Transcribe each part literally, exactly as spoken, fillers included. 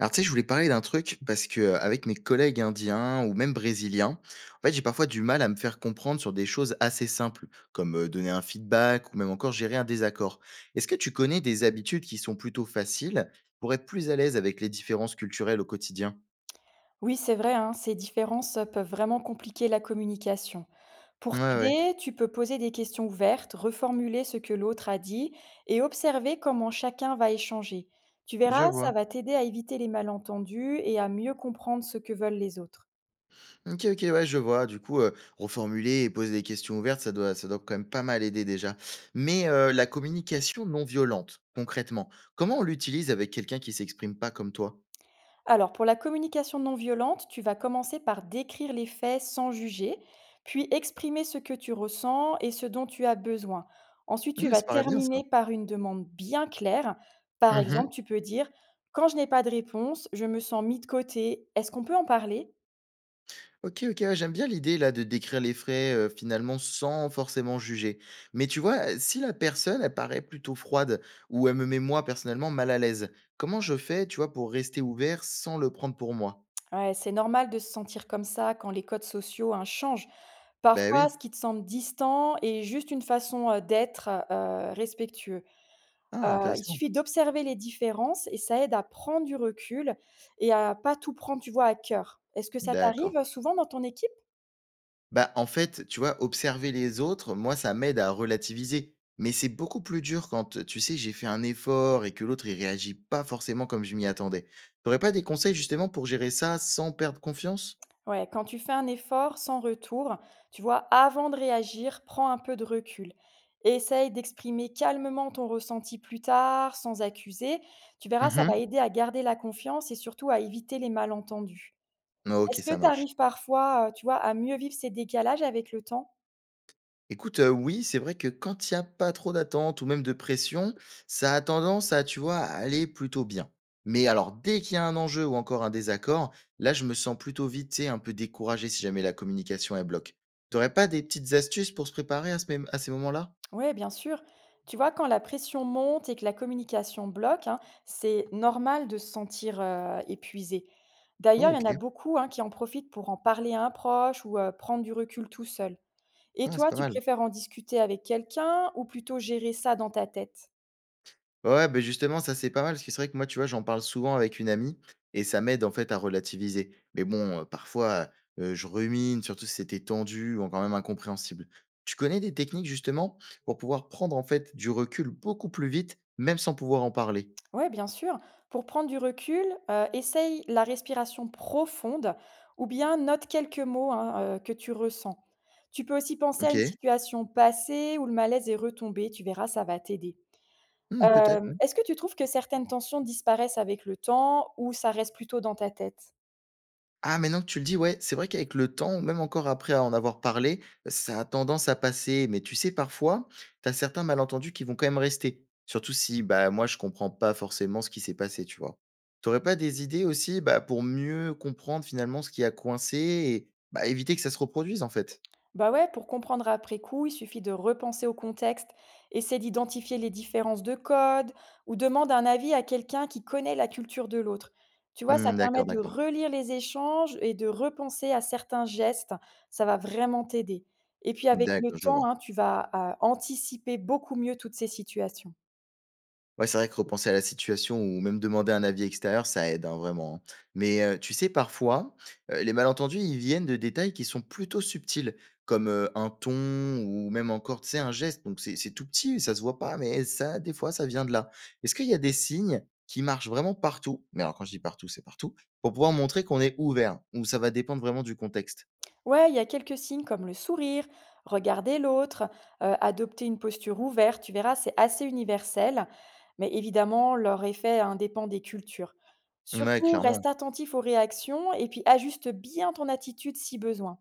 Alors tu sais, je voulais parler d'un truc parce que, heu, avec mes collègues indiens ou même brésiliens, en fait, j'ai parfois du mal à me faire comprendre sur des choses assez simples, comme, heu, donner un feedback ou même encore gérer un désaccord. Est-ce que tu connais des habitudes qui sont plutôt faciles pour être plus à l'aise avec les différences culturelles au quotidien? Oui, c'est vrai, hein, ces différences euh, peuvent vraiment compliquer la communication. Ouais, Pour ouais, t'aider, tu peux poser des questions ouvertes, reformuler ce que l'autre a dit et observer comment chacun va échanger. Tu je verras, vois. ça va t'aider à éviter les malentendus et à mieux comprendre ce que veulent les autres. OK, OK, ouais, je vois. Du coup, heu, reformuler et poser des questions ouvertes, ça doit ça doit quand même pas mal aider déjà. Mais, heu, la communication non violente, concrètement, comment on l'utilise avec quelqu'un qui s'exprime pas comme toi? Alors, pour la communication non violente, tu vas commencer par décrire les faits sans juger, puis exprimer ce que tu ressens et ce dont tu as besoin. Ensuite, tu Mmh, vas ça paraît bien ça. terminer par une demande bien claire. Par Mmh. exemple, tu peux dire, quand je n'ai pas de réponse, je me sens mis de côté. Est-ce qu'on peut en parler? OK, OK, ouais, j'aime bien l'idée là de décrire les frais, heu, finalement sans forcément juger. Mais tu vois, heu, si la personne elle paraît plutôt froide ou elle me met moi personnellement mal à l'aise, comment je fais, tu vois, pour rester ouvert sans le prendre pour moi? Ouais, c'est normal de se sentir comme ça quand les codes sociaux, hein, changent. Ben Parfois, ce oui. qui te semble distant est juste une façon, euh, d'être, euh, respectueux. Ah, Heu, il intéressant. suffit d'observer les différences et ça aide à prendre du recul et à pas tout prendre, tu vois, à cœur. Est-ce que ça D'accord. t'arrive souvent dans ton équipe? Bah, en fait, tu vois, observer les autres, moi ça m'aide à relativiser. Mais c'est beaucoup plus dur quand, tu sais, j'ai fait un effort et que l'autre il réagit pas forcément comme je m'y attendais. Tu pas des conseils justement pour gérer ça sans perdre confiance? Ouais, quand tu fais un effort sans retour, tu vois, avant de réagir, prends un peu de recul. Et essaye d'exprimer calmement ton ressenti plus tard, sans accuser. Tu verras, ça va Mhm. aider à garder la confiance et surtout à éviter les malentendus. OK, Est-ce que ça tu marche. arrives parfois, heu, tu vois, à mieux vivre ces décalages avec le temps? Écoute, heu, oui, c'est vrai que quand il y a pas trop d'attente ou même de pression, ça a tendance à, tu vois, à aller plutôt bien. Mais alors dès qu'il y a un enjeu ou encore un désaccord, là, je me sens plutôt vite, tu sais, un peu découragé si jamais la communication, est bloque. Tu aurais pas des petites astuces pour se préparer à ce mém à ces moments-là? Ouais, bien sûr. Tu vois, quand la pression monte et que la communication bloque, hein, c'est normal de se sentir euh, épuisé. D'ailleurs, Oh, il y en a OK. beaucoup, hein, qui en profitent pour en parler à un proche ou euh, prendre du recul tout seul. Et Ah, c'est toi, pas tu mal. préfères en discuter avec quelqu'un ou plutôt gérer ça dans ta tête? Ouais, ben justement, ça, c'est pas mal parce que c'est vrai que moi, tu vois, j'en parle souvent avec une amie et ça m'aide, en fait, à relativiser. Mais bon, heu, parfois, heu, je rumine, surtout si c'était tendu ou encore même incompréhensible. Tu connais des techniques, justement, pour pouvoir prendre, en fait, du recul beaucoup plus vite, même sans pouvoir en parler? Ouais, bien sûr. Pour prendre du recul, euh, essaye la respiration profonde ou bien note quelques mots, hein, euh, que tu ressens. Tu peux aussi penser à une OK. situation passée où le malaise est retombé, tu verras, ça va t'aider. Mmh, peut-être. Hem, est-ce que tu trouves que certaines tensions disparaissent avec le temps ou ça reste plutôt dans ta tête? Ah, maintenant que tu le dis, ouais, c'est vrai qu'avec le temps, même encore après en avoir parlé, ça a tendance à passer. Mais tu sais, parfois, t'as certains malentendus qui vont quand même rester. Surtout si, bah, moi, je comprends pas forcément ce qui s'est passé, tu vois? T'aurais pas des idées aussi, bah, pour mieux comprendre finalement ce qui a coincé et, bah, éviter que ça se reproduise, en fait? Bah, ouais, pour comprendre après coup, il suffit de repenser au contexte, essaie d'identifier les différences de code ou demande un avis à quelqu'un qui connaît la culture de l'autre. Tu vois, ça Mmh, permet d'accord, de d'accord. relire les échanges et de repenser à certains gestes, ça va vraiment t'aider. Et puis avec le D'accord, je temps, vois. hein, tu vas, heu, anticiper beaucoup mieux toutes ces situations. Ouais, c'est vrai que repenser à la situation ou même demander un avis extérieur, ça aide, hein, vraiment. Hein. Mais euh, tu sais, parfois, euh, les malentendus, ils viennent de détails qui sont plutôt subtils, comme euh, un ton ou même encore, tu sais, un geste. Donc, c'est c'est tout petit, ça se voit pas, mais ça, des fois, ça vient de là. Est-ce qu'il y a des signes qui marchent vraiment partout? Mais alors, quand je dis partout, c'est partout, pour pouvoir montrer qu'on est ouvert, ou ça va dépendre vraiment du contexte. Ouais, il y a quelques signes comme le sourire, regarder l'autre, euh, adopter une posture ouverte, tu verras, c'est assez universel, mais évidemment, leur effet, hein, dépend des cultures. Ouais, Surtout, clairement, reste attentif aux réactions et puis ajuste bien ton attitude si besoin.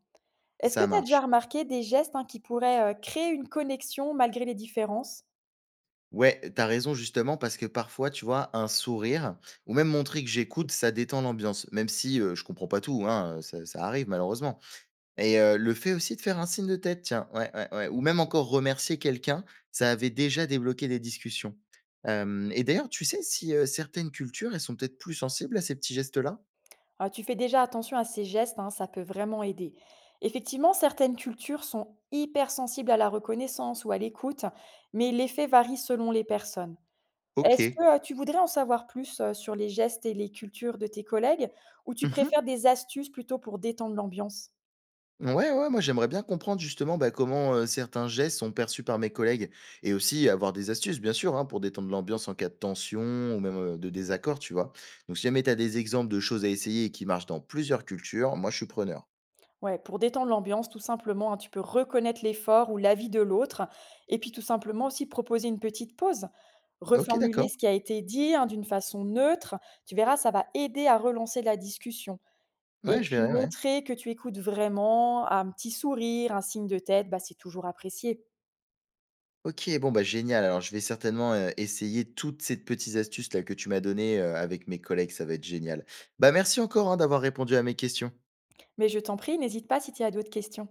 Est-ce que ça tu as déjà marche. remarqué des gestes, hein, qui pourraient euh, créer une connexion malgré les différences? Ouais, t'as raison justement parce que parfois, tu vois, un sourire ou même montrer que j'écoute, ça détend l'ambiance, même si euh, je comprends pas tout, hein, euh, ça, ça arrive malheureusement. Et euh, le fait aussi de faire un signe de tête, tiens, ouais, ouais, ouais, ou même encore remercier quelqu'un, ça avait déjà débloqué des discussions. Euh, et d'ailleurs, tu sais si euh, certaines cultures, elles sont peut-être plus sensibles à ces petits gestes-là? Euh, tu fais déjà attention à ces gestes, hein, ça peut vraiment aider. Effectivement, certaines cultures sont hypersensibles à la reconnaissance ou à l'écoute, mais l'effet varie selon les personnes. OK. Est-ce que, heu, tu voudrais en savoir plus, heu, sur les gestes et les cultures de tes collègues ou tu Mhm. préfères des astuces plutôt pour détendre l'ambiance? Ouais, ouais, moi j'aimerais bien comprendre justement bah, comment euh, certains gestes sont perçus par mes collègues et aussi avoir des astuces, bien sûr, hein, pour détendre l'ambiance en cas de tension ou même euh, de désaccord, tu vois. Donc si jamais tu as des exemples de choses à essayer et qui marchent dans plusieurs cultures, moi je suis preneur. Ouais, pour détendre l'ambiance tout simplement, hein, tu peux reconnaître l'effort ou l'avis de l'autre et puis tout simplement aussi proposer une petite pause. OK, Reformuler d'accord. ce qui a été dit, hein, d'une façon neutre, tu verras, ça va aider à relancer la discussion et Ouais, je puis verrai, ouais. montrer que tu écoutes vraiment, un petit sourire, un signe de tête, bah, c'est toujours apprécié. OK, bon, bah génial. Alors je vais certainement euh, essayer toutes ces petites astuces là que tu m'as données euh, avec mes collègues, ça va être génial. Bah merci encore hein, d'avoir répondu à mes questions. Mais je t'en prie, n'hésite pas si tu as d'autres questions.